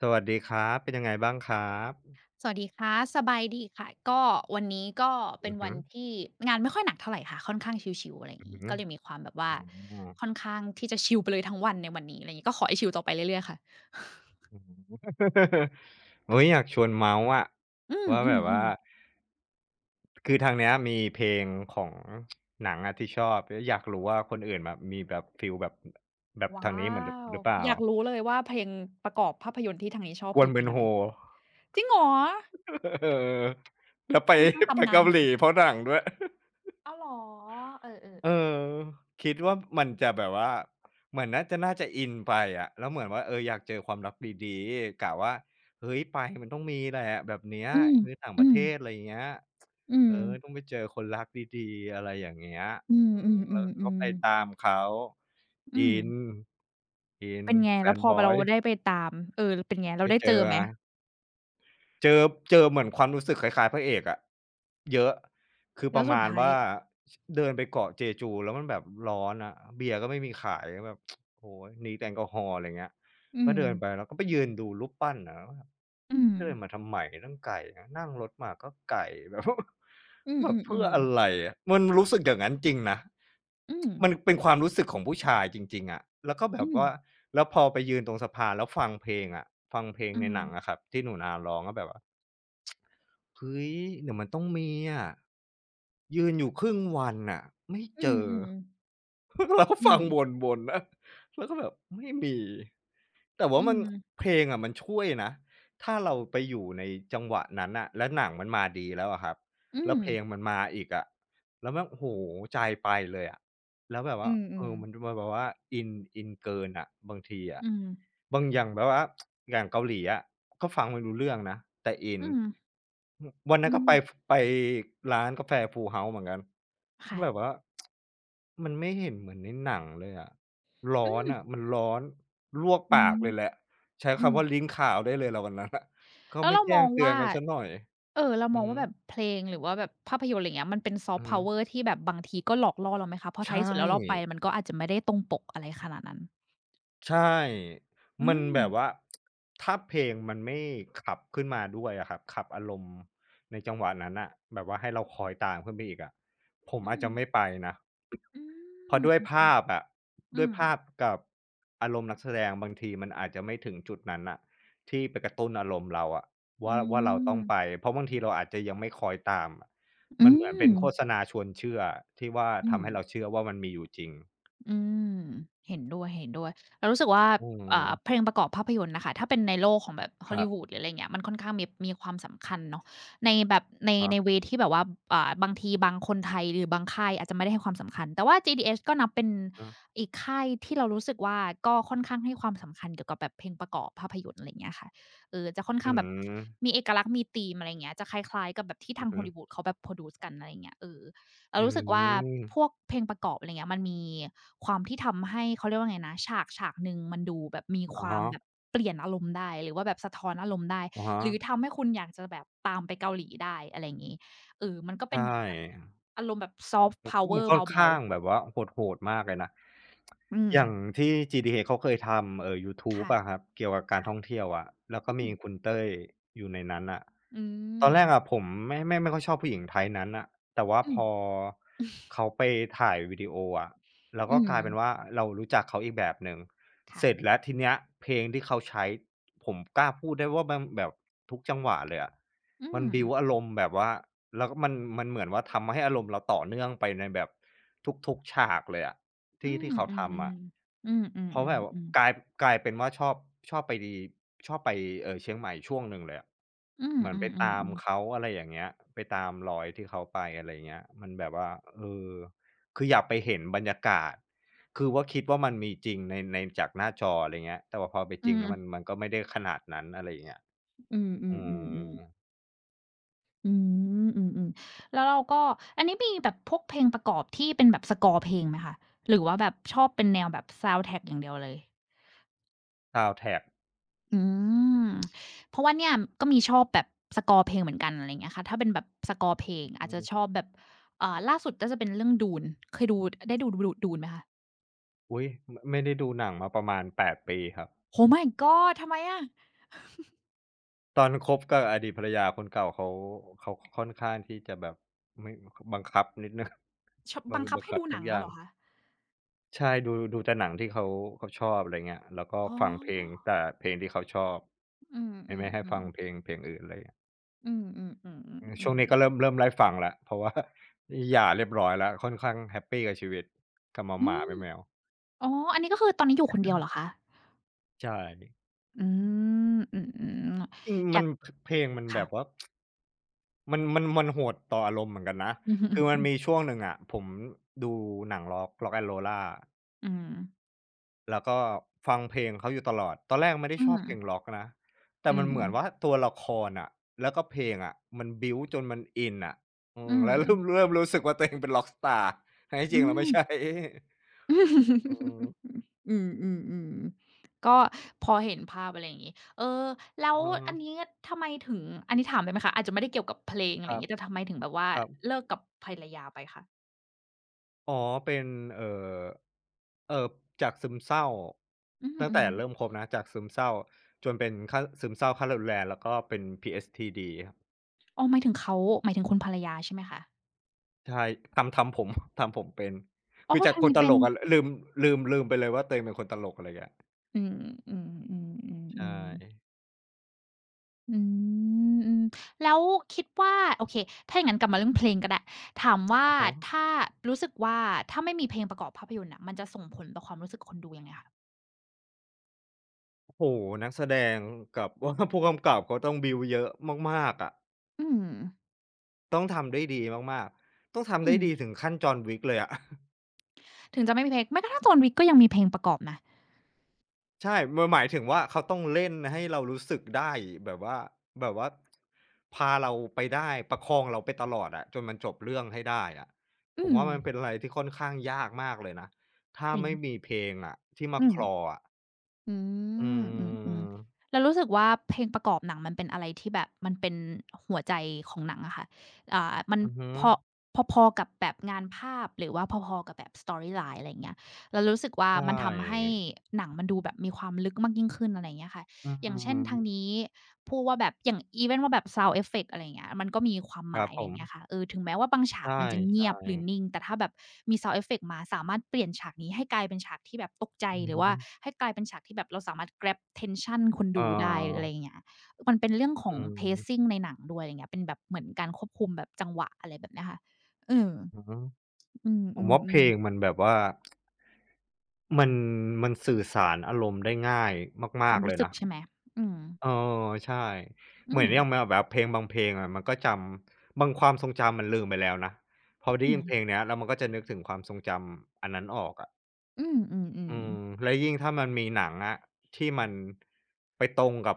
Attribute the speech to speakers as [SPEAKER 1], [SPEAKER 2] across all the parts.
[SPEAKER 1] สวัสดีครับ เป็นยังไงบ้างครับ
[SPEAKER 2] สวัสดีค่ะสบายดีค่ะก็วันนี้ก็
[SPEAKER 1] อื
[SPEAKER 2] เป็น
[SPEAKER 1] อฮึ
[SPEAKER 2] วันที่งานไม่ค่อยหนักเท่าไรค่ะค่อนข้างชิลๆอะไรอ
[SPEAKER 1] อื
[SPEAKER 2] ย่างงี้
[SPEAKER 1] อฮึ
[SPEAKER 2] ก็เลยมีความแบบว่า
[SPEAKER 1] อืม
[SPEAKER 2] ค่อนข้างที่จะชิลไปเลยทั้งวันในวันนี้อะไรอย่างงี้ก็ขอให้ชิลต่อไปเรื่อยๆค่ะ
[SPEAKER 1] อือฮึโอ๊ยอยากชวนเมาท์อะ
[SPEAKER 2] อื
[SPEAKER 1] ว่าแบบว่า
[SPEAKER 2] มๆ
[SPEAKER 1] คือทางเนี้ยมีเพลงของหนังอะที่ชอบแล้วอยากรู้ว่าคนอื่นแบบมีแบบฟีลแบบแบบ
[SPEAKER 2] ๆว้า
[SPEAKER 1] ทางนี้เหมือนหรือ
[SPEAKER 2] ว
[SPEAKER 1] หรือเปล่า
[SPEAKER 2] อยากรู้เลยว่าเพลงประกอบภาพยนตร์ที่ทางนี้ชอบ
[SPEAKER 1] กว
[SPEAKER 2] คื
[SPEAKER 1] น
[SPEAKER 2] อเพลงอะไร
[SPEAKER 1] Bunho
[SPEAKER 2] จริงเหรอ
[SPEAKER 1] เออแล้วไป
[SPEAKER 2] ค่อนข้าง
[SPEAKER 1] ไป
[SPEAKER 2] ตำนา
[SPEAKER 1] เกา
[SPEAKER 2] นอ
[SPEAKER 1] ห
[SPEAKER 2] ยู่
[SPEAKER 1] ลี
[SPEAKER 2] นะ
[SPEAKER 1] เพราะหนังด้วย
[SPEAKER 2] อ้าวเหรอเอ
[SPEAKER 1] เออ
[SPEAKER 2] อๆๆ
[SPEAKER 1] คิดว่ามันจะแบบว่าเหมือนน่าจะอินไปอะแล้วเหมือนว่าเอออยากเจอความรักดีๆกะว่าเฮ้ยไปมันต้องมีแหละแบบเนี้ย
[SPEAKER 2] อืม
[SPEAKER 1] คือต่างป
[SPEAKER 2] อื
[SPEAKER 1] ระเท
[SPEAKER 2] ม
[SPEAKER 1] ศอะไรอย่างเงี้ย
[SPEAKER 2] อื
[SPEAKER 1] เออ
[SPEAKER 2] ม
[SPEAKER 1] ต้องไปเจอคนรักดีๆอะไรอย่างเงี้ย
[SPEAKER 2] อ
[SPEAKER 1] อืม
[SPEAKER 2] ื
[SPEAKER 1] แล้ว
[SPEAKER 2] ม
[SPEAKER 1] ก็ไป
[SPEAKER 2] ๆ
[SPEAKER 1] ตา
[SPEAKER 2] ๆๆ
[SPEAKER 1] มเขา
[SPEAKER 2] อื
[SPEAKER 1] อิ
[SPEAKER 2] ม
[SPEAKER 1] นอิน
[SPEAKER 2] เป็นไง
[SPEAKER 1] แฟ
[SPEAKER 2] แล้ว
[SPEAKER 1] น
[SPEAKER 2] พอ
[SPEAKER 1] บ
[SPEAKER 2] บ
[SPEAKER 1] อ
[SPEAKER 2] เรา
[SPEAKER 1] ย
[SPEAKER 2] ได้ไปตามเออเป็นไงเรา
[SPEAKER 1] ไม่
[SPEAKER 2] ได้
[SPEAKER 1] เจ
[SPEAKER 2] เจ
[SPEAKER 1] อ
[SPEAKER 2] อ
[SPEAKER 1] ไง
[SPEAKER 2] ไหม
[SPEAKER 1] เจอเจอเหมือนความรู้สึกคล้ายๆพระเอกอะเยอะคือป
[SPEAKER 2] แล้ว
[SPEAKER 1] ระ
[SPEAKER 2] สุด
[SPEAKER 1] มาณ
[SPEAKER 2] ท้าย
[SPEAKER 1] ว่าชเดินไปเกาะเจจูแล้วมันแบบร้อนอะเบียร์ก็ไม่มีขายแบบโอ้โฮ need แอลกอฮอล์อะไรเงี้ย
[SPEAKER 2] อื
[SPEAKER 1] ก็
[SPEAKER 2] ม
[SPEAKER 1] เดินไปแล้วก็ไปยืนดูรูปปั้นอะแล้วแบบ
[SPEAKER 2] อืม
[SPEAKER 1] เดินมาทำไมนั่งไก่นะนั่งรถมาก็ไก่ แบบ
[SPEAKER 2] อื
[SPEAKER 1] แบบเพื่อ
[SPEAKER 2] มๆ
[SPEAKER 1] อะไร
[SPEAKER 2] ๆ
[SPEAKER 1] อะมันรู้สึกอย่างงั้นจริงนะ
[SPEAKER 2] อืม
[SPEAKER 1] มันเป็นความรู้สึกของผู้ชายจริงๆอะแล้วก็แบ
[SPEAKER 2] อื
[SPEAKER 1] บ
[SPEAKER 2] ม
[SPEAKER 1] ว่าแล้วพอไปยืนตรงสะพานแล้วฟังเพลงอะฟังเพลง
[SPEAKER 2] อื
[SPEAKER 1] ใน
[SPEAKER 2] ม
[SPEAKER 1] หนังอะครับที่หนูนาร้องก็แบบว่า เฮ้ยเดี๋ยวมันต้องมีอะยืนอยู่ครึ่งวันน่ะไม่
[SPEAKER 2] อื
[SPEAKER 1] เจอ
[SPEAKER 2] ม
[SPEAKER 1] เราก็
[SPEAKER 2] อื
[SPEAKER 1] ฟัง
[SPEAKER 2] ม
[SPEAKER 1] วนๆนะแล้วก็แบบไม่มีแต่
[SPEAKER 2] อื
[SPEAKER 1] ว่ามัน
[SPEAKER 2] ม
[SPEAKER 1] เพลงอะมันช่วยนะถ้าเราไปอยู่ในจังหวะนั้นน่ะแล้วหนังมันมาดีแล้วอะครับ
[SPEAKER 2] อื
[SPEAKER 1] แล้ว
[SPEAKER 2] ม
[SPEAKER 1] เพลงมันมาอีกอะแล้วมันโอ้โฮใจไปเลยอะ แล้วแบบว่า
[SPEAKER 2] อืมอื
[SPEAKER 1] เอ
[SPEAKER 2] ม
[SPEAKER 1] อมันแบบว่าอินอินเกินอะบางทีอะ
[SPEAKER 2] อืม
[SPEAKER 1] บางอย่างแบบว่าอย่างเกาหลีอะก็ฟังไม่รู้เรื่องนะแต่อิน
[SPEAKER 2] อืมอืม
[SPEAKER 1] อวันนั้
[SPEAKER 2] อื
[SPEAKER 1] นก็ไปฟ
[SPEAKER 2] ม
[SPEAKER 1] ไปร้านกาแฟ Full House เหมือนกันแบบ
[SPEAKER 2] ค่ะ
[SPEAKER 1] ว่ามันไม่เห็นเหมือนในหนังเลยอะร้
[SPEAKER 2] อื
[SPEAKER 1] อน
[SPEAKER 2] ม
[SPEAKER 1] อะมันร้อนลวก
[SPEAKER 2] อื
[SPEAKER 1] ปา
[SPEAKER 2] ม
[SPEAKER 1] กเลยแหละใช้
[SPEAKER 2] อืม
[SPEAKER 1] คำว่าลิ้นขาวได้เลยล่ะวันนั้นน่ะก็
[SPEAKER 2] แล้ว
[SPEAKER 1] ไม่
[SPEAKER 2] เรา
[SPEAKER 1] แจ้
[SPEAKER 2] มอ
[SPEAKER 1] ง
[SPEAKER 2] ง
[SPEAKER 1] เตือน
[SPEAKER 2] ว่า
[SPEAKER 1] กันเสียหน่อย
[SPEAKER 2] เรา
[SPEAKER 1] อื
[SPEAKER 2] ม
[SPEAKER 1] อ
[SPEAKER 2] อง
[SPEAKER 1] ฮึ
[SPEAKER 2] ว่าแบบเพลงหรือว่าแบบภาพยนตร์ไรเงี้ยมันเป็น
[SPEAKER 1] อือ
[SPEAKER 2] Soft
[SPEAKER 1] ฮึ
[SPEAKER 2] Power ที่แบบบางทีก็หลอกล่อเราไหมคะเพราะ
[SPEAKER 1] ใช
[SPEAKER 2] ท้ายที่
[SPEAKER 1] ่
[SPEAKER 2] สุดแล้วเราไปมันก็อาจจะไม่ได้ตรงปกอะไรขนาดนั้น
[SPEAKER 1] ใช่
[SPEAKER 2] อื
[SPEAKER 1] มัน
[SPEAKER 2] ม
[SPEAKER 1] แบบว่าถ้าเพลงมันไม่ขับขึ้นมาด้วยอะครับขับอารมณ์ในจังหวะนั้นน่ะแบบว่าให้เราคอยตามขึ้นไปอีกอะผม
[SPEAKER 2] อื
[SPEAKER 1] อาจ
[SPEAKER 2] ม
[SPEAKER 1] จะไม่ไปนะ
[SPEAKER 2] อื
[SPEAKER 1] เพราะด้วย
[SPEAKER 2] ม
[SPEAKER 1] ภาพอะ
[SPEAKER 2] อื
[SPEAKER 1] ด้วย
[SPEAKER 2] ม
[SPEAKER 1] ภาพกับอารมณ์นักแสดงบางทีมันอาจจะไม่ถึงจุดนั้นน่ะที่ไปกระตุ้นอารมณ์เราอะ
[SPEAKER 2] อื
[SPEAKER 1] ว่าเราต้องไป
[SPEAKER 2] ม
[SPEAKER 1] เพราะบางทีเราอาจจะยังไม่คอยตามอะมั
[SPEAKER 2] อื
[SPEAKER 1] นเหมือนเป็
[SPEAKER 2] ม
[SPEAKER 1] นโฆษณาชวนเชื่อที่ว่า
[SPEAKER 2] อื
[SPEAKER 1] ทำ
[SPEAKER 2] ม
[SPEAKER 1] ให้เราเชื่อว่ามันมีอยู่จริง
[SPEAKER 2] อืมเห็นด้วยๆเรารู้สึกว่า
[SPEAKER 1] อืม
[SPEAKER 2] อ่าเพลงประกอบภาพยนตร์น่ะค่ะถ้าเป็นในโลกของแบบฮ
[SPEAKER 1] ค
[SPEAKER 2] อล
[SPEAKER 1] รั
[SPEAKER 2] ลี
[SPEAKER 1] บ
[SPEAKER 2] วูดหรืออะไรอย่างเงี้ยมันค่อนข้างมีความสำคัญเนาะในแบบใน
[SPEAKER 1] อะฮะ
[SPEAKER 2] ในเวย์ที่แบบว่าอ่าบางทีบางคนไทยหรือบางค่ายอาจจะไม่ได้ให้ความสำคัญแต่ว่า GDS ก็นับเป็น
[SPEAKER 1] อือ
[SPEAKER 2] อีกค่ายที่เรารู้สึกว่าก็ค่อนข้างให้ความสำคัญเกี่ยวกับแบบเพลงประกอบภาพยนตร์อะไรอย่างเงี้ยค่ะเออจะค่อน
[SPEAKER 1] อื
[SPEAKER 2] ข้างแบบ
[SPEAKER 1] ม
[SPEAKER 2] มีเอกลักษณ์มีธีมอะไรอย่างเงี้ยจะคล้ายๆกับแบบที่ทาง
[SPEAKER 1] อื
[SPEAKER 2] ฮอล
[SPEAKER 1] อ
[SPEAKER 2] ลีวู
[SPEAKER 1] ๋
[SPEAKER 2] ดเขาแบบโพรดิวซ์กันอะไรอย่างเงี้ยเออ เรา
[SPEAKER 1] อื
[SPEAKER 2] รู้สึกว่าพวก
[SPEAKER 1] ม
[SPEAKER 2] เพลงประกอบอะไรเงี้ยมันมีความที่ทำให้เขาเรียกว่าไงนะฉากหนึ่งมันดูแบบมีค
[SPEAKER 1] อะ
[SPEAKER 2] วาม
[SPEAKER 1] ฮะ
[SPEAKER 2] แบบเปลี่ยนอารมณ์ได้หรือว่าแบบสะท้อนอารมณ์ได้
[SPEAKER 1] อะฮะ
[SPEAKER 2] หรือทำให้คุณอยากจะแบบตามไปเกาหลีได้อะไรอย่างงี้เออมันก็
[SPEAKER 1] ใช
[SPEAKER 2] เป็นเหมือนแบบ
[SPEAKER 1] ่
[SPEAKER 2] อารมณ์แบบ Soft
[SPEAKER 1] มันคมัน
[SPEAKER 2] Power
[SPEAKER 1] ค่อน
[SPEAKER 2] เบา
[SPEAKER 1] ข้า
[SPEAKER 2] ๆ
[SPEAKER 1] งแบบว่าโหดๆมากเลยนะ
[SPEAKER 2] อืม
[SPEAKER 1] อย่างที่ GTA เขาเคยทำยูทูบ
[SPEAKER 2] ค่ะ
[SPEAKER 1] อะครับเกี่ยวกับการ
[SPEAKER 2] ค่ะ
[SPEAKER 1] ท่องเที่ยวอะแล้วก็
[SPEAKER 2] อืม
[SPEAKER 1] มีคุณเต้ยอยู่ในนั้นน่ะ
[SPEAKER 2] อื
[SPEAKER 1] ตอน
[SPEAKER 2] ม
[SPEAKER 1] แรกอะผมไม่ค่อยชอบผู้หญิงไทป์นั้นน่ะแต่ว่า
[SPEAKER 2] อื
[SPEAKER 1] พ
[SPEAKER 2] ม
[SPEAKER 1] อเขาไปถ่ายวิดีโออะแล้วก็
[SPEAKER 2] อืม
[SPEAKER 1] กลายเป็นว่าเรารู้จักเขาอีกแบบหนึ่งเสร็จ
[SPEAKER 2] ค่ะ
[SPEAKER 1] แล้วทีเนี้ยเพลงที่เขาใช้ผมกล้าพูดได้ว่ามันแบบทุกจังหวะเลยอะ
[SPEAKER 2] อื
[SPEAKER 1] มัน
[SPEAKER 2] ม
[SPEAKER 1] บิวต์อารมณ์แบบว่าแล้วก็มันเหมือนว่าทำให้อารมณ์เราต่อเนื่องไปในแบบทุกๆฉากเลยอะ
[SPEAKER 2] อื
[SPEAKER 1] ที่
[SPEAKER 2] ม
[SPEAKER 1] เขา
[SPEAKER 2] อื
[SPEAKER 1] ทำ
[SPEAKER 2] ม
[SPEAKER 1] อะ
[SPEAKER 2] ๆอื
[SPEAKER 1] เพราะแบบว่า
[SPEAKER 2] มๆ
[SPEAKER 1] ก
[SPEAKER 2] ๆ
[SPEAKER 1] ลาย
[SPEAKER 2] ๆ
[SPEAKER 1] กลายเป็นว่าชอบชอบไปดีชอบไปเชียงใหม่ช่วงหนึ่งเลยอะ
[SPEAKER 2] อืม
[SPEAKER 1] เหมือนไปตาม
[SPEAKER 2] ๆๆ
[SPEAKER 1] เขา
[SPEAKER 2] ๆ
[SPEAKER 1] อะไรอย่างเงี้ยไปตามรอยที่เขาไปอะไรอย่างเงี้ยมันแบบว่าเออคืออยากไปเห็นบรรยากาศคือว่าคิดว่ามันมีจริงในจากหน้าจออะไรอย่างเงี้ยแต่ว่าพอไป
[SPEAKER 2] อื
[SPEAKER 1] จริงแล้วมันก็ไม่ได้ขนาดนั้นอะไรอย่างเงี้ย
[SPEAKER 2] ม
[SPEAKER 1] อืม
[SPEAKER 2] ๆๆๆ อืมอืมๆแล้วเราก็อันนี้มีแบบพวกเพลงประกอบที่เป็นแบบสกอร์เพลงไหมคะหรือว่าแบบชอบเป็นแนวแบบซาวด์แทร็กอย่างเดียวเลย
[SPEAKER 1] ซาวนด์แทร็ก
[SPEAKER 2] อืมเพราะว่าเนี่ยก็มีชอบแบบสกอร์เพลงเหมือนกันอะไรอย่างเงี้ยค่ะถ้าเป็นแบบสกอร์เพลงอาจจะชอบแบบอ่าล่าสุดก็จะเป็นเรื่อง Dune เคยดูได้ดู Dune ไหมคะ
[SPEAKER 1] อุ๊ยไมไม่ได้ดูหนังมาประมาณ8ปดปีครับ
[SPEAKER 2] Oh my god ทำไมอะ
[SPEAKER 1] ตอนคบกับอดีตภรรยาคนเก่าเขาเขาค่อนข้างที่จะแบบไม่บังคับนิดหนึ่ง
[SPEAKER 2] ช
[SPEAKER 1] บั
[SPEAKER 2] บั
[SPEAKER 1] ง
[SPEAKER 2] งคับ
[SPEAKER 1] บัง
[SPEAKER 2] ให้
[SPEAKER 1] คับ
[SPEAKER 2] ดูห
[SPEAKER 1] ทุ
[SPEAKER 2] นั
[SPEAKER 1] ก
[SPEAKER 2] ง
[SPEAKER 1] อย่า
[SPEAKER 2] อะ
[SPEAKER 1] ง
[SPEAKER 2] เหรอคะ
[SPEAKER 1] ใช่ดูดูแต่หนังที่เขาเขาชอบอะไรเงี้ยแล้วก็
[SPEAKER 2] อ๋
[SPEAKER 1] ฟังเพลง
[SPEAKER 2] อ
[SPEAKER 1] แต่เพลงที่เขาชอบ
[SPEAKER 2] อื
[SPEAKER 1] ไม่ให้ฟั
[SPEAKER 2] ม
[SPEAKER 1] ง
[SPEAKER 2] ๆ
[SPEAKER 1] เพล
[SPEAKER 2] ๆ
[SPEAKER 1] งเพลงอื่นอะไรเงี้ย
[SPEAKER 2] อืม
[SPEAKER 1] อืมช่วง
[SPEAKER 2] ๆ
[SPEAKER 1] นี้
[SPEAKER 2] ๆ
[SPEAKER 1] ก็
[SPEAKER 2] ๆๆ
[SPEAKER 1] เริ่มไล่ฟังแล้วเพราะว่า หย่าเรียบร้อยแล้วค่อนข้างแฮปปีกับชีวิตกับ
[SPEAKER 2] อื
[SPEAKER 1] หมา
[SPEAKER 2] ม
[SPEAKER 1] ๆแมว
[SPEAKER 2] อ๋ออันนี้ก็คือตอนนี้อยู่คนเดียวเหรอคะ
[SPEAKER 1] ๆใช่
[SPEAKER 2] อืมอืม
[SPEAKER 1] จริง
[SPEAKER 2] ๆอ
[SPEAKER 1] มั
[SPEAKER 2] ยา
[SPEAKER 1] น
[SPEAKER 2] ก
[SPEAKER 1] พเพลงมันแบ
[SPEAKER 2] ค่ะ
[SPEAKER 1] บว่า มันโหดต่ออารมณ์เหมือนกันนะ
[SPEAKER 2] อือฮึ
[SPEAKER 1] คื
[SPEAKER 2] ๆ
[SPEAKER 1] อมันมีช่วงหนึ่งอะผมดูหนังร็อก Rock and Lola
[SPEAKER 2] อืม
[SPEAKER 1] แล้วก็ฟังเพลงเขาอยู่ตลอด ตอนแรกไม่ได้
[SPEAKER 2] อื
[SPEAKER 1] ชอ
[SPEAKER 2] ม
[SPEAKER 1] บเพลงร็อกนะ แต่
[SPEAKER 2] อื
[SPEAKER 1] มัน
[SPEAKER 2] ม
[SPEAKER 1] เหมือนว่าตัวละครอะแล้วก็เพลงอะมันบิวจนมันอินอะอื
[SPEAKER 2] อื
[SPEAKER 1] ม
[SPEAKER 2] ม
[SPEAKER 1] แล้วเริ่มรู้สึกว่าตัวเองเป็นร็อกสตาร์ทั้งที่จ
[SPEAKER 2] อื
[SPEAKER 1] ริงเราไม่ใช่อืม
[SPEAKER 2] มอืมๆๆก็พอเห็นภาพอะไรอย่างงี้เออแล้ว
[SPEAKER 1] ออฮ
[SPEAKER 2] อันนี้ทำไมถึงอันนี้ถามได้ไหมคะอาจจะไม่ได้เกี่ยวกับเพลงอะ
[SPEAKER 1] ค
[SPEAKER 2] ไรอ
[SPEAKER 1] รั
[SPEAKER 2] ย่าง
[SPEAKER 1] บ
[SPEAKER 2] งี้แต่ทำไมถึงแบบว่า
[SPEAKER 1] ครับ
[SPEAKER 2] เลิกกับภรรยาไปคะ
[SPEAKER 1] อ๋อเป็นเอ่อเอ่อจากซึมเศร้า
[SPEAKER 2] อื
[SPEAKER 1] ตั้งแต่
[SPEAKER 2] ม
[SPEAKER 1] เริ่ม
[SPEAKER 2] ๆ
[SPEAKER 1] คบนะจากซึมเศร้าจนเป็นขั้นซึมเศร้าขั้นรุนแรงแล้วก็เป็น PSTD ครับ
[SPEAKER 2] อ๋อหมายถึงเขาหมายถึงคุณภรรยาใช่ไหมคะ
[SPEAKER 1] ใช่ทำผม ทำผมเป็น
[SPEAKER 2] อ๋
[SPEAKER 1] คื
[SPEAKER 2] อ
[SPEAKER 1] อจาก
[SPEAKER 2] ทาง
[SPEAKER 1] คน
[SPEAKER 2] นี้
[SPEAKER 1] ต
[SPEAKER 2] เป็
[SPEAKER 1] ล
[SPEAKER 2] น
[SPEAKER 1] กอะลืมลืมไปเลยว่าตัวเองเป็นคนตลกอะไรเงี้ย
[SPEAKER 2] อืมๆ
[SPEAKER 1] ใช่
[SPEAKER 2] ๆๆๆ อืมอืมแล้วคิดว่าโอเคถ้าอย่างงั้นกลับมาเรื่องเพลงก็ได้ถามว่า
[SPEAKER 1] อะฮะ
[SPEAKER 2] ถ้ารู้สึกว่าถ้าไม่มีเพลงประกอบภาพยนตร์น่ะมันจะส่งผลต่อความรู้สึกคนดูยังไงคะ
[SPEAKER 1] โอ้โฮนักแสดงกับ ผู้กำกับเขาต้องบิลด์เยอะมากๆอะ
[SPEAKER 2] อืม
[SPEAKER 1] ต้องทำได้ดีมากๆต้องทำ
[SPEAKER 2] อื
[SPEAKER 1] ได้
[SPEAKER 2] ม
[SPEAKER 1] ดีถึงขั้น John Wick เลยอะ
[SPEAKER 2] ถึงจะไม่มีเพลงแม้กระทั่ง John Wick ก็ยังมีเพลงประกอบนะ
[SPEAKER 1] ใช่มันหมายถึงว่าเขาต้องเล่นให้เรารู้สึกได้แบบว่าแบบว่าพาเราไปได้ประคองเราไปตลอดอะจนมันจบเรื่องให้ได้อะผ
[SPEAKER 2] อื
[SPEAKER 1] ม
[SPEAKER 2] ม
[SPEAKER 1] ว่ามันเป็นอะไรที่ค่อนข้างยากมากเลยนะถ้า
[SPEAKER 2] จริง
[SPEAKER 1] ไม่มีเพลงอะที่มา
[SPEAKER 2] อืม
[SPEAKER 1] claw อะ
[SPEAKER 2] อื
[SPEAKER 1] อื
[SPEAKER 2] มอืม
[SPEAKER 1] ม
[SPEAKER 2] ๆเรารู้สึกว่าเพลงประกอบหนังมันเป็นอะไรที่แบบมันเป็นหัวใจของหนังอะค่ะอ่ามัน
[SPEAKER 1] อือฮึ
[SPEAKER 2] พอพอๆกับแบบงานภาพหรือว่าพอๆกับแบบ storyline อะไรอย่างเงี้ยเรารู้สึกว่า
[SPEAKER 1] ใช
[SPEAKER 2] มันทำให้
[SPEAKER 1] ่
[SPEAKER 2] หนังมันดูแบบมีความลึกมากยิ่งขึ้นอะไรอย่างเงี้ยค่ะ
[SPEAKER 1] อื
[SPEAKER 2] อย่างเช่นทาง
[SPEAKER 1] ม
[SPEAKER 2] นี้พูดว่าแบบอย่างอีเวนต์ว่าแบบ sound effect อะไรอย่างเงี้ยมันก็มีความ
[SPEAKER 1] ค
[SPEAKER 2] ห
[SPEAKER 1] รั
[SPEAKER 2] มา
[SPEAKER 1] บ
[SPEAKER 2] ย
[SPEAKER 1] ผ
[SPEAKER 2] อะไรอ
[SPEAKER 1] ม
[SPEAKER 2] ย่างเงี้ยค่ะเออถึงแม้ว่าบาง
[SPEAKER 1] ใ
[SPEAKER 2] ฉากมันจะเงีย
[SPEAKER 1] ช่
[SPEAKER 2] บหรือนิ่ง
[SPEAKER 1] ๆ
[SPEAKER 2] แต่ถ้าแบบมี sound effect มาสามารถเปลี่ยนฉากนี้ให้กลายเป็นฉากที่แบบตกใจ
[SPEAKER 1] อื
[SPEAKER 2] ห
[SPEAKER 1] อ
[SPEAKER 2] รือว่า
[SPEAKER 1] ฮึ
[SPEAKER 2] ให้กลายเป็นฉากที่แบบเราสามารถ grab tension คน
[SPEAKER 1] เออ
[SPEAKER 2] ดูได้หรืออะไรอย่างเงี้ยมันเป็นเรื่องข
[SPEAKER 1] อื
[SPEAKER 2] อง pacing
[SPEAKER 1] ม
[SPEAKER 2] ในหนังด้วยอะไรอย่างเงี้ยเป็นแบบเหมือนการควบคุมแบบจังหวะอะไรแบบเนี้ยค่ะเออ
[SPEAKER 1] อือฮึ
[SPEAKER 2] อื
[SPEAKER 1] ผม
[SPEAKER 2] ม
[SPEAKER 1] ว่าเพลง
[SPEAKER 2] ๆ
[SPEAKER 1] มัน
[SPEAKER 2] ๆ
[SPEAKER 1] แบบว่า มันมันสื่อสารอารมณ์ได้ง่าย
[SPEAKER 2] ค
[SPEAKER 1] มา
[SPEAKER 2] วา
[SPEAKER 1] ก
[SPEAKER 2] ม
[SPEAKER 1] ๆเล
[SPEAKER 2] รู้
[SPEAKER 1] ย
[SPEAKER 2] สึก
[SPEAKER 1] นะ
[SPEAKER 2] ใช่ไหมอืม
[SPEAKER 1] เออใช่เห
[SPEAKER 2] อื
[SPEAKER 1] มือน
[SPEAKER 2] ม
[SPEAKER 1] อย่างแบบเพลงบางเพลงอะมันก็จำบางความทรงจำมันลืมไปแล้วนะพอได้
[SPEAKER 2] อื
[SPEAKER 1] ยินเพลงเนี้ยแล้วมันก็จะนึกถึงความทรงจำอันนั้นออกอะ
[SPEAKER 2] มอืม
[SPEAKER 1] อื
[SPEAKER 2] ๆ
[SPEAKER 1] ม
[SPEAKER 2] ๆ
[SPEAKER 1] แล้วยิ่งถ้ามันมีหนังอะที่มันไปตรงกับ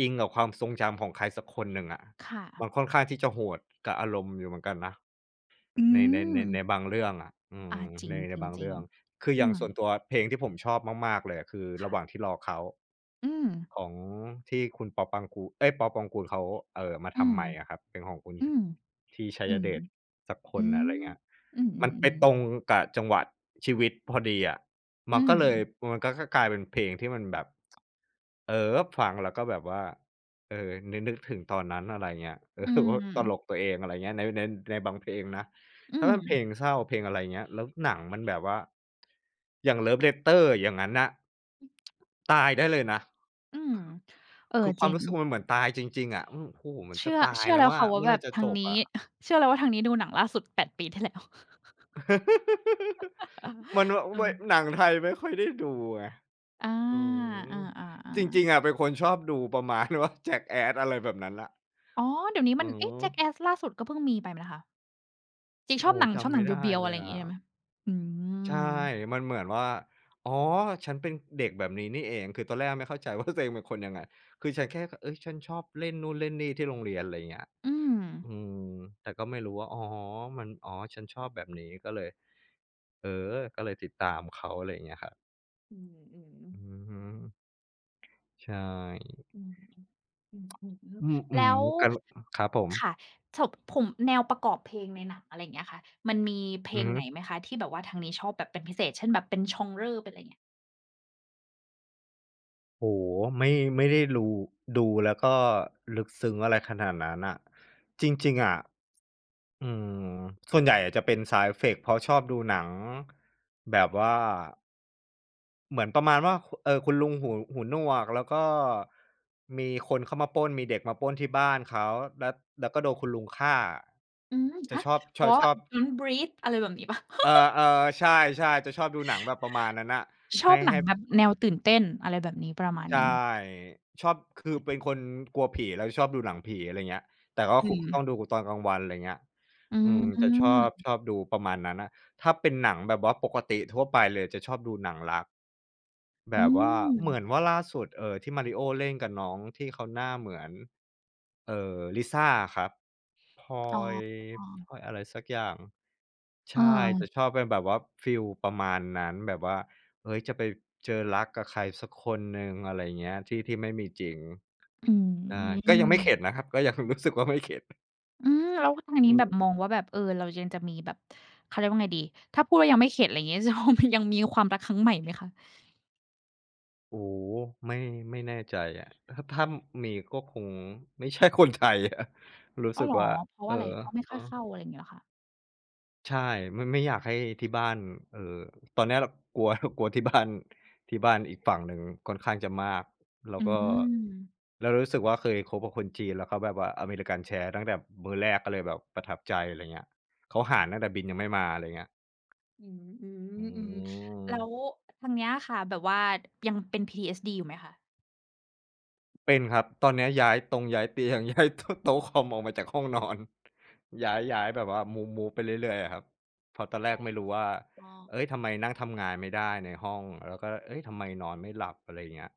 [SPEAKER 1] อิงกับความทรงจำของใครสักคนหนึ่งอะ
[SPEAKER 2] ค่ะ
[SPEAKER 1] มันค่อนข้างที่จะโหดกับอารมณ์อยู่เหมือนกันนะ
[SPEAKER 2] อื
[SPEAKER 1] ในใน
[SPEAKER 2] ม
[SPEAKER 1] ในในบางเรื่องอะอืม
[SPEAKER 2] จริ
[SPEAKER 1] ใน
[SPEAKER 2] ง
[SPEAKER 1] ใน
[SPEAKER 2] จริง
[SPEAKER 1] บาง
[SPEAKER 2] จริง
[SPEAKER 1] เรื่องคืออ
[SPEAKER 2] อื
[SPEAKER 1] ย่าง
[SPEAKER 2] ม
[SPEAKER 1] ส่วนตัวเพลงที่ผมชอบมากๆเลยอะคือระหว่างที่
[SPEAKER 2] ค่ะ
[SPEAKER 1] รอเขา
[SPEAKER 2] อืม
[SPEAKER 1] ของที่คุณปอปังกูเอ้ยปอปองกูลเขามา
[SPEAKER 2] อื
[SPEAKER 1] ทำ
[SPEAKER 2] ม
[SPEAKER 1] ใหม่อะครับเป็นของคุณ
[SPEAKER 2] อื
[SPEAKER 1] ท
[SPEAKER 2] ม
[SPEAKER 1] ที่ชั
[SPEAKER 2] อื
[SPEAKER 1] ย
[SPEAKER 2] ม
[SPEAKER 1] เดชสักค
[SPEAKER 2] อื
[SPEAKER 1] นอะ
[SPEAKER 2] ม
[SPEAKER 1] ไรเงี้ย
[SPEAKER 2] อื
[SPEAKER 1] มันไป
[SPEAKER 2] ม
[SPEAKER 1] ต
[SPEAKER 2] ๆ
[SPEAKER 1] รง
[SPEAKER 2] ๆ
[SPEAKER 1] กับจังหวะชีวิตพอดีอะ
[SPEAKER 2] อื
[SPEAKER 1] มัน
[SPEAKER 2] ม
[SPEAKER 1] ก็เลยมันก็กลายเป็นเพลงที่มันแบบเออฟังแล้วก็แบบว่าเออนึกถึงตอนนั้นอะไรเงี้ย เออ
[SPEAKER 2] อื
[SPEAKER 1] ว่าตลก
[SPEAKER 2] ม
[SPEAKER 1] ตัวเองอะไรเงี้ยในในบางเพลงนะ
[SPEAKER 2] อื
[SPEAKER 1] ถ้า
[SPEAKER 2] ม
[SPEAKER 1] มันเพลงเศร้าเพลงอะไรเงี้ยแล้วหนังมันแบบว่าอย่าง Love Letter อย่างงั้นน่ะตายได้เลยนะ
[SPEAKER 2] อืมเออ
[SPEAKER 1] คือค
[SPEAKER 2] จ
[SPEAKER 1] วาม
[SPEAKER 2] ริง
[SPEAKER 1] รู้สึกมันเหมือนตายจริงๆอะอืมโอ้โฮเหมือนจะ
[SPEAKER 2] เชื่อ
[SPEAKER 1] ตาย
[SPEAKER 2] เชื่อ
[SPEAKER 1] แล้ว
[SPEAKER 2] แล้ว
[SPEAKER 1] อะ
[SPEAKER 2] ค่ะว่า
[SPEAKER 1] เมื่อ
[SPEAKER 2] แบ
[SPEAKER 1] ไร
[SPEAKER 2] บ
[SPEAKER 1] จะ
[SPEAKER 2] ทา
[SPEAKER 1] จ
[SPEAKER 2] ง
[SPEAKER 1] บ
[SPEAKER 2] นี้
[SPEAKER 1] อะ
[SPEAKER 2] เชื่อแล้วว่าทางนี้ดูหนังล่าสุด8ปีที่แล้ว เออ
[SPEAKER 1] มันแบบ
[SPEAKER 2] เอ อ
[SPEAKER 1] ว่าหนังไทยไม่ค่อยได้ดูไง
[SPEAKER 2] อา
[SPEAKER 1] อืม
[SPEAKER 2] อา
[SPEAKER 1] จริ
[SPEAKER 2] ๆ
[SPEAKER 1] ง
[SPEAKER 2] ๆ
[SPEAKER 1] ๆอะเป็นคนชอบดูประมาณ ว่า Jackass อะไรแบบนั้นน่ะ
[SPEAKER 2] อ๋อเดี๋ยวนี้
[SPEAKER 1] อื
[SPEAKER 2] มัน
[SPEAKER 1] อฮึ
[SPEAKER 2] เอ๊ะ Jackass ล่าสุดก็เพิ่งมีไปนะคะจริงชอ
[SPEAKER 1] โอ้
[SPEAKER 2] บ
[SPEAKER 1] โฮ
[SPEAKER 2] หนังชอ
[SPEAKER 1] จำ
[SPEAKER 2] บห
[SPEAKER 1] ไม่
[SPEAKER 2] นัง
[SPEAKER 1] ได้
[SPEAKER 2] เบียว
[SPEAKER 1] เล
[SPEAKER 2] ๆอะ
[SPEAKER 1] ย
[SPEAKER 2] ไรอย่าง
[SPEAKER 1] อะ
[SPEAKER 2] งี้ใช่ไหมอืม
[SPEAKER 1] ใช่มันเหมือนว่าอ๋อฉันเป็นเด็กแบบนี้นี่เองคือตอนแรกไม่เข้าใจว่า ตัวเองเป็นคนยังไงคือฉันแค่เฮ้ยฉันชอบเล่นนู่นเล่นนี่ที่โรงเรียนอะไรอย่างเงี้ย
[SPEAKER 2] อืม
[SPEAKER 1] อืมแต่ก็ไม่รู้ว่าอ๋อมันอ๋อฉันชอบแบบนี้ก็เลยเออก็เลยติดตามเขาอะไรอย่างเงี้ยครับ
[SPEAKER 2] อืม
[SPEAKER 1] อื
[SPEAKER 2] ๆ
[SPEAKER 1] อฮึใช่
[SPEAKER 2] อืมอืม
[SPEAKER 1] อ
[SPEAKER 2] ๆ
[SPEAKER 1] ืม
[SPEAKER 2] แล้ว
[SPEAKER 1] ๆกันครับผม
[SPEAKER 2] ค่ะจบผมแนวประกอบเพลงในหนังอะไรอย่างเงี้ยค่ะมันมีเพล
[SPEAKER 1] อือ
[SPEAKER 2] ง
[SPEAKER 1] ฮึ
[SPEAKER 2] ไหนไหมคะที่แบบว่าทางนี้ชอบแบบเป็นพิเศษเช่นแบบเป็น genre เป็นอะไรเงี้ย
[SPEAKER 1] โอ้โฮไม่ไม่ได้รูดูแล้วก็ลึกซึ้งอะไรขนาดนั้นน่ะจริงๆอะ อืมส่วนใหญ่อาจจะเป็นสายเฟกเพราะชอบดูหนังแบบว่าเหมือนประมาณว่าคเออคุณลุงหูหูหนวกแล้วก็มีคนเข้ามาปล้นมีเด็กมาปล้นที่บ้านเขาแล้วแล้วก็โดนคุณลุงฆ่า
[SPEAKER 2] อืม
[SPEAKER 1] จะ
[SPEAKER 2] ฮะ
[SPEAKER 1] ชอบช
[SPEAKER 2] อ๋อ
[SPEAKER 1] ชอบ
[SPEAKER 2] Don't Breathe อะไรแบบนี้เปล่า
[SPEAKER 1] เออๆใช่ๆจะชอบดูหนังแบบประมาณนั้นน่ะ
[SPEAKER 2] ชอ
[SPEAKER 1] ให้
[SPEAKER 2] บหนั
[SPEAKER 1] ให้
[SPEAKER 2] งแบบแนวตื่นเต้นอะไรแบบนี้ประมาณ
[SPEAKER 1] ใช
[SPEAKER 2] หนึ่ง
[SPEAKER 1] ่ชอบคือเป็นคนกลัวผีแล้วชอบดูหนังผีอะไรเงี้ยแต่ก็
[SPEAKER 2] อื
[SPEAKER 1] คุต้อง
[SPEAKER 2] ม
[SPEAKER 1] ดูตอนกลางวันอะไรเงี้ย
[SPEAKER 2] อื
[SPEAKER 1] อื
[SPEAKER 2] ม
[SPEAKER 1] มจะชอบชอบดูประมาณนั้นน่ะถ้าเป็นหนังแบบว่าปกติทั่วไปเลยจะชอบดูหนังรักแบ
[SPEAKER 2] อื
[SPEAKER 1] บว่า
[SPEAKER 2] ม
[SPEAKER 1] เหมือนว่าล่าสุดที่ Mario เล่นกับน้องที่เขาหน้าเหมือนลิซ่าอะครับพลอ
[SPEAKER 2] อ๋อ
[SPEAKER 1] ยอะไรสักอย่าง
[SPEAKER 2] เอ
[SPEAKER 1] ใช่จะช
[SPEAKER 2] อ
[SPEAKER 1] อบเป็นแบบว่าฟีลประมาณนั้นแบบว่าเฮ้ยจะไปเจอรักกับใครสักคนหนึ่งอะไรอย่างเงี้ยที่ที่ไม่มีจริง
[SPEAKER 2] อื
[SPEAKER 1] ใช่ก็ยังไม่เข็ด
[SPEAKER 2] ม
[SPEAKER 1] นะครับก็ยัง รู้สึกว่าไม่เข็ด
[SPEAKER 2] อืมแล้วทาง
[SPEAKER 1] อื
[SPEAKER 2] นี้แบบม
[SPEAKER 1] ม
[SPEAKER 2] องว่าแบบเออเรายังจะมีแบบเขาเรียกว่าไงดีถ้าพูดว่ายังไม่เข็ดอะไรอย่างงี้จะมันยังมีความรักครั้งใหม่ไหมคะ
[SPEAKER 1] โอ้โฮไม่ไม่แน่ใจอะถ้ามีก็คงไม่ใช่คนไทยอะรู้
[SPEAKER 2] อ้า
[SPEAKER 1] สึ
[SPEAKER 2] ว
[SPEAKER 1] ก
[SPEAKER 2] เหรอ
[SPEAKER 1] ว่า
[SPEAKER 2] เพราะ
[SPEAKER 1] เออ
[SPEAKER 2] ว่าอะไรเพราะไม่
[SPEAKER 1] เอ
[SPEAKER 2] ค่
[SPEAKER 1] อ
[SPEAKER 2] อยเข้าอะไรอย่างงี้เหรอคะ
[SPEAKER 1] ใช่ไม่อยากให้ที่บ้านเอ่อตอนเนี้ยเรากลัว กลัวที่บ้านที่บ้านอีกฝั่งหนึ่งค่อนข้างจะมากแล้ว
[SPEAKER 2] อื
[SPEAKER 1] ก็
[SPEAKER 2] ม
[SPEAKER 1] แล้วรู้สึกว่าเคยคบกับคนจีนแล้วเขาแบบว่าอเมริกันแชร์ตั้งแต่มื้อแรกก็เลยแบบประทับใจอะไรเงี้ยเขาหารตั้งแต่บิลยังไม่มาอะไรเงี้ย
[SPEAKER 2] อืมอื
[SPEAKER 1] อื
[SPEAKER 2] มอืม
[SPEAKER 1] ม
[SPEAKER 2] แล้วทางเนี้ยค่ะแบบว่ายังเป็น PTSD อยู่ไหมคะ
[SPEAKER 1] เป็นครับตอนเนี้ยย้ายตรงย้ายเตียง ย้ายโต๊ะคอมออกมาจากห้องนอนย้ายแบบว่ามูฟไปเรื่อยๆอะครับเพราะตอนแรก
[SPEAKER 2] อ๋อ
[SPEAKER 1] ไม่รู้ว่าเฮ้ยทำไมนั่งทำงานไม่ได้ในห้องแล้วก็เฮ้ยทำไมนอนไม่หลับอะไรอย่างเงี้ย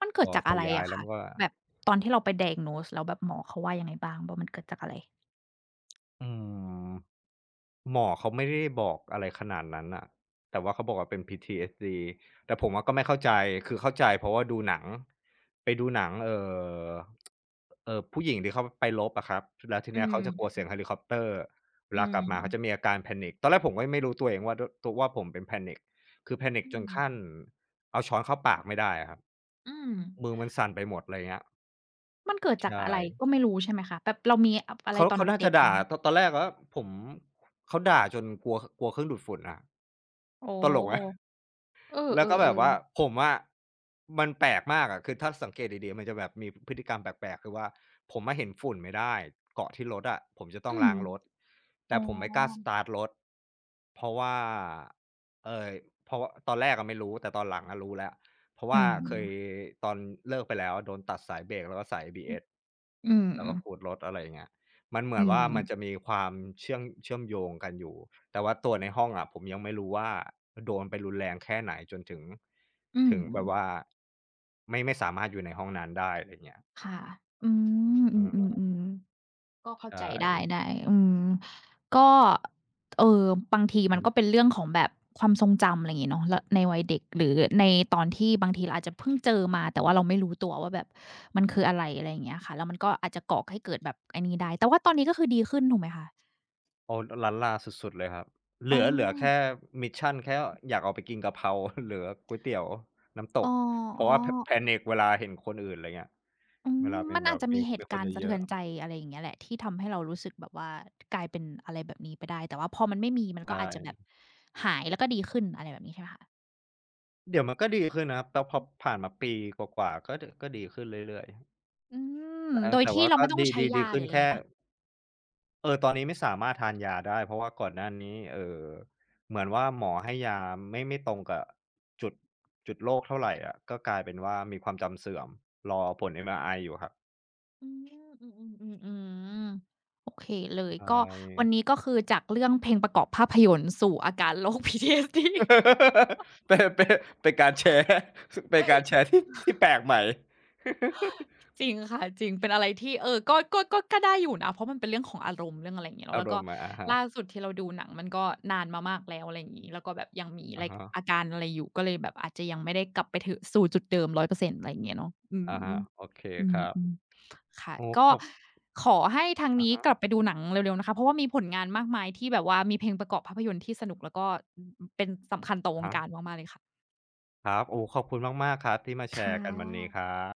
[SPEAKER 2] มัน
[SPEAKER 1] พ
[SPEAKER 2] เกิ
[SPEAKER 1] อ
[SPEAKER 2] ดจาก
[SPEAKER 1] พอ
[SPEAKER 2] อะไร
[SPEAKER 1] ย้าย
[SPEAKER 2] อะ
[SPEAKER 1] แล้ว
[SPEAKER 2] คะ
[SPEAKER 1] มันก็
[SPEAKER 2] แบบตอนที่เราไป diagnose แล้วแบบหมอเขาว่ายังไงบ้างว่ามันเกิดจากอะไร
[SPEAKER 1] อืม หมอเขาไม่ได้บอกอะไรขนาดนั้นน่ะแต่ว่าเขาบอกว่าเป็น PTSD แต่ผมอะก็ไม่เข้าใจคือเข้าใจเพราะว่าดูหนัง ไปดูหนังอผู้หญิงที่เขาไปรบอะครับแล้วที
[SPEAKER 2] อื
[SPEAKER 1] เนี้ยเขา
[SPEAKER 2] ม
[SPEAKER 1] จะกลัวเสียงเฮลิคอปเตอร์เวลา
[SPEAKER 2] อื
[SPEAKER 1] กลับมาเขาจะ
[SPEAKER 2] ม
[SPEAKER 1] มีอาการ panic ตอนแรกผมก็ไม่รู้ตัวเองว่าดตัวว่าผมเป็น panic คือ panic
[SPEAKER 2] อื
[SPEAKER 1] จนขั้น
[SPEAKER 2] ม
[SPEAKER 1] เอาช้อนเข้าปากไม่ได้อะครับ
[SPEAKER 2] อืม
[SPEAKER 1] มือมันสั่นไปหมดอะไรเงี้ย
[SPEAKER 2] มันเกิดจาก
[SPEAKER 1] ใช่
[SPEAKER 2] อะไรก็ไม่รู้ใช่ไหมคะแบบเรามีอะไร
[SPEAKER 1] เขา
[SPEAKER 2] ตอน
[SPEAKER 1] เขาน่า
[SPEAKER 2] เด็
[SPEAKER 1] จะ
[SPEAKER 2] กๆอะไร
[SPEAKER 1] ด่า
[SPEAKER 2] ไหม
[SPEAKER 1] ตตอนแรกอะผมเขาด่าจนกลัวกลัวเครื่องดูดฝุ่นอะ
[SPEAKER 2] โอ
[SPEAKER 1] ตลกไหม
[SPEAKER 2] ้เออ
[SPEAKER 1] แล้วก็แบบว่า
[SPEAKER 2] ๆๆ
[SPEAKER 1] ผมอะมันแปลกมากอะคือถ้าสังเกตดีๆ มันจะแบบมีพฤติกรรมแปลกๆคือว่าผมอะเห็นฝุ่นไม่ได้เกาะที่รถอะผมจะต้อง
[SPEAKER 2] อื
[SPEAKER 1] ล้า
[SPEAKER 2] ม
[SPEAKER 1] งรถ
[SPEAKER 2] อ๋
[SPEAKER 1] แต่ผมไม่กล้าส
[SPEAKER 2] อ
[SPEAKER 1] ตาร์ตรถเพราะว่าเอ่อเพราะว่าตอนแรกอะไม่รู้ แต่ตอนหลังอะรู้แล้วเพราะ
[SPEAKER 2] อื
[SPEAKER 1] ว่า
[SPEAKER 2] มอื
[SPEAKER 1] เคยตอนเลิกไปแล้วโดนตัดสายเบรกแล้วก็สาย ABS
[SPEAKER 2] มอื
[SPEAKER 1] แล้วก็ขูดรถอะไรอย่างเงี้ยมันเหมือน
[SPEAKER 2] ม
[SPEAKER 1] ว่ามันจะมีความเชื่อมโยงกันอยู่ แต่ว่าตัวในห้องอะผมยังไม่รู้ว่าโดนไปรุนแรงแค่ไหนจนถึง
[SPEAKER 2] อื
[SPEAKER 1] ถึ
[SPEAKER 2] ม
[SPEAKER 1] งแบบว่าไม่สามารถอยู่ในห้องนั้นได้อะไรเงี้ย
[SPEAKER 2] ค่ะ อืมอ
[SPEAKER 1] เออ
[SPEAKER 2] ืมๆๆก็
[SPEAKER 1] ใช
[SPEAKER 2] เข้าใจได้
[SPEAKER 1] ่
[SPEAKER 2] ได้ อืม ก็เอ่อบางที
[SPEAKER 1] อื
[SPEAKER 2] มันก็เป็น
[SPEAKER 1] ม
[SPEAKER 2] เรื่องของแบบความทรงจำอะไรอย่างงี้เนาะแล้วในวัยเด็กหรือในตอนที่บางทีเราอาจจะเพิ่งเจอมาแต่ว่าเราไม่รู้ตัวว่าแบบมันคืออะไรอะไรอย่างเงี้ยค่ะแล้วมันก็อาจจะก่อให้เกิดแบบไอ้นี่ได้แต่ว่าตอนนี้ก็คือดีขึ้นถูกไหมคะ
[SPEAKER 1] โอ้ล้านลาสุดๆเลยครับเห
[SPEAKER 2] อ๋อ
[SPEAKER 1] ลือเหลือแค่มิสชันแค่อยากออกไปกินกะเพรา เหลือก๋วยเตี๋ยวน้ำต
[SPEAKER 2] อ๋
[SPEAKER 1] ก
[SPEAKER 2] อ
[SPEAKER 1] เพราะว่าพ
[SPEAKER 2] ๆ
[SPEAKER 1] panic เวลาเห็นคนอื่นอะไรเงี้ย
[SPEAKER 2] อื
[SPEAKER 1] เว
[SPEAKER 2] ม
[SPEAKER 1] ลามี
[SPEAKER 2] มัน
[SPEAKER 1] แบ
[SPEAKER 2] อาจ
[SPEAKER 1] บ
[SPEAKER 2] จะ
[SPEAKER 1] มี
[SPEAKER 2] มีเห
[SPEAKER 1] มี
[SPEAKER 2] ตุ
[SPEAKER 1] คน
[SPEAKER 2] การณ์สะ
[SPEAKER 1] เย
[SPEAKER 2] เทื
[SPEAKER 1] อะ
[SPEAKER 2] อนใจอะไรอย่างเงี้ยแหละที่ทำให้เรารู้สึกแบบว่ากลายเป็นอะไรแบบนี้ไปได้แต่ว่าพอมันไม่มีมั
[SPEAKER 1] ๆ
[SPEAKER 2] นก็
[SPEAKER 1] ใช่
[SPEAKER 2] อาจจะแบบหายแล้วก็ดีขึ้นอะไรแบบนี้ใช่ไหมคะ
[SPEAKER 1] เดี๋ยวมันก็ดีขึ้นนะครับแต่พอผ่านมาปีกว่าๆก็ดก็ดีขึ้นเรื่อย
[SPEAKER 2] อื
[SPEAKER 1] ๆ
[SPEAKER 2] ม
[SPEAKER 1] แต่
[SPEAKER 2] โดย
[SPEAKER 1] แต่
[SPEAKER 2] ที่
[SPEAKER 1] ว่า
[SPEAKER 2] เรา
[SPEAKER 1] ก็
[SPEAKER 2] ไม่ต้อง
[SPEAKER 1] ดี
[SPEAKER 2] ใช้
[SPEAKER 1] ดีดี
[SPEAKER 2] ยาห
[SPEAKER 1] ขึ้
[SPEAKER 2] รือ
[SPEAKER 1] น
[SPEAKER 2] อะไร
[SPEAKER 1] แค่
[SPEAKER 2] งี้เปล่า
[SPEAKER 1] เออตอนนี้ไม่สามารถทานยาได้เพราะว่าก่อนหน้านี้เหมือนว่าหมอให้ยาไม่ตรงกับจุดจุดโรคเท่าไรอะก็กลายเป็นว่ามีความจำเสื่อมรอผล MRI อยู่ครับ
[SPEAKER 2] อืมอือๆๆๆโอเคเลย
[SPEAKER 1] ใช
[SPEAKER 2] ก็วัน
[SPEAKER 1] ่
[SPEAKER 2] นี้ก็คือจากเรื่องเพลงประกอบภาพยนตร์สู่อาการโรค PTSD
[SPEAKER 1] เป็นเป็นการแชร์ เป็นการแชร์ที่แปลกใหม่
[SPEAKER 2] จริงค่ะจริงเป็นอะไรที่เออก็ก็ก็ก็ได้อยู่นะเพราะมันเป็นเรื่องของอารมณ์เรื่องอะไรอย่างเงี้ย เนาะ
[SPEAKER 1] อา
[SPEAKER 2] แล้
[SPEAKER 1] ร
[SPEAKER 2] วก็
[SPEAKER 1] มณ์มาอะฮะ
[SPEAKER 2] ล่าสุดที่เราดูหนังมันก็นานมามากแล้วอะไรอย่างงี้แล้วก็แบบยังมี
[SPEAKER 1] อะ
[SPEAKER 2] ไร
[SPEAKER 1] ฮะ
[SPEAKER 2] อาการอะไรอยู่ก็เลยแบบอาจจะยังไม่ได้กลับไปถึงสู่จุดเดิม100%เปอร์เซ็นต์อะไรอย่างเงี้ยเนาะอื
[SPEAKER 1] อะฮะ
[SPEAKER 2] ม
[SPEAKER 1] โอเค
[SPEAKER 2] อ
[SPEAKER 1] ครั
[SPEAKER 2] ืม
[SPEAKER 1] บ
[SPEAKER 2] ๆค่ะ
[SPEAKER 1] โอ้ข
[SPEAKER 2] ก็
[SPEAKER 1] อบ
[SPEAKER 2] ขอให้ทาง
[SPEAKER 1] อะ
[SPEAKER 2] นี้
[SPEAKER 1] ฮะ
[SPEAKER 2] กลับไปดูหนังเร็วๆนะคะเพราะว่ามีผลงานมากมายที่แบบว่ามีเพลงประกอบภาพยนตร์ที่สนุกแล้วก็อืมเป็นสำคัญต่อ
[SPEAKER 1] อะ
[SPEAKER 2] วง
[SPEAKER 1] ฮะ
[SPEAKER 2] การมากๆเลยค่ะ
[SPEAKER 1] ครับโอ้ขอบคุณมากๆครับที่มาแช
[SPEAKER 2] ค่
[SPEAKER 1] ร์กันวันนี้ค
[SPEAKER 2] ะ
[SPEAKER 1] รับ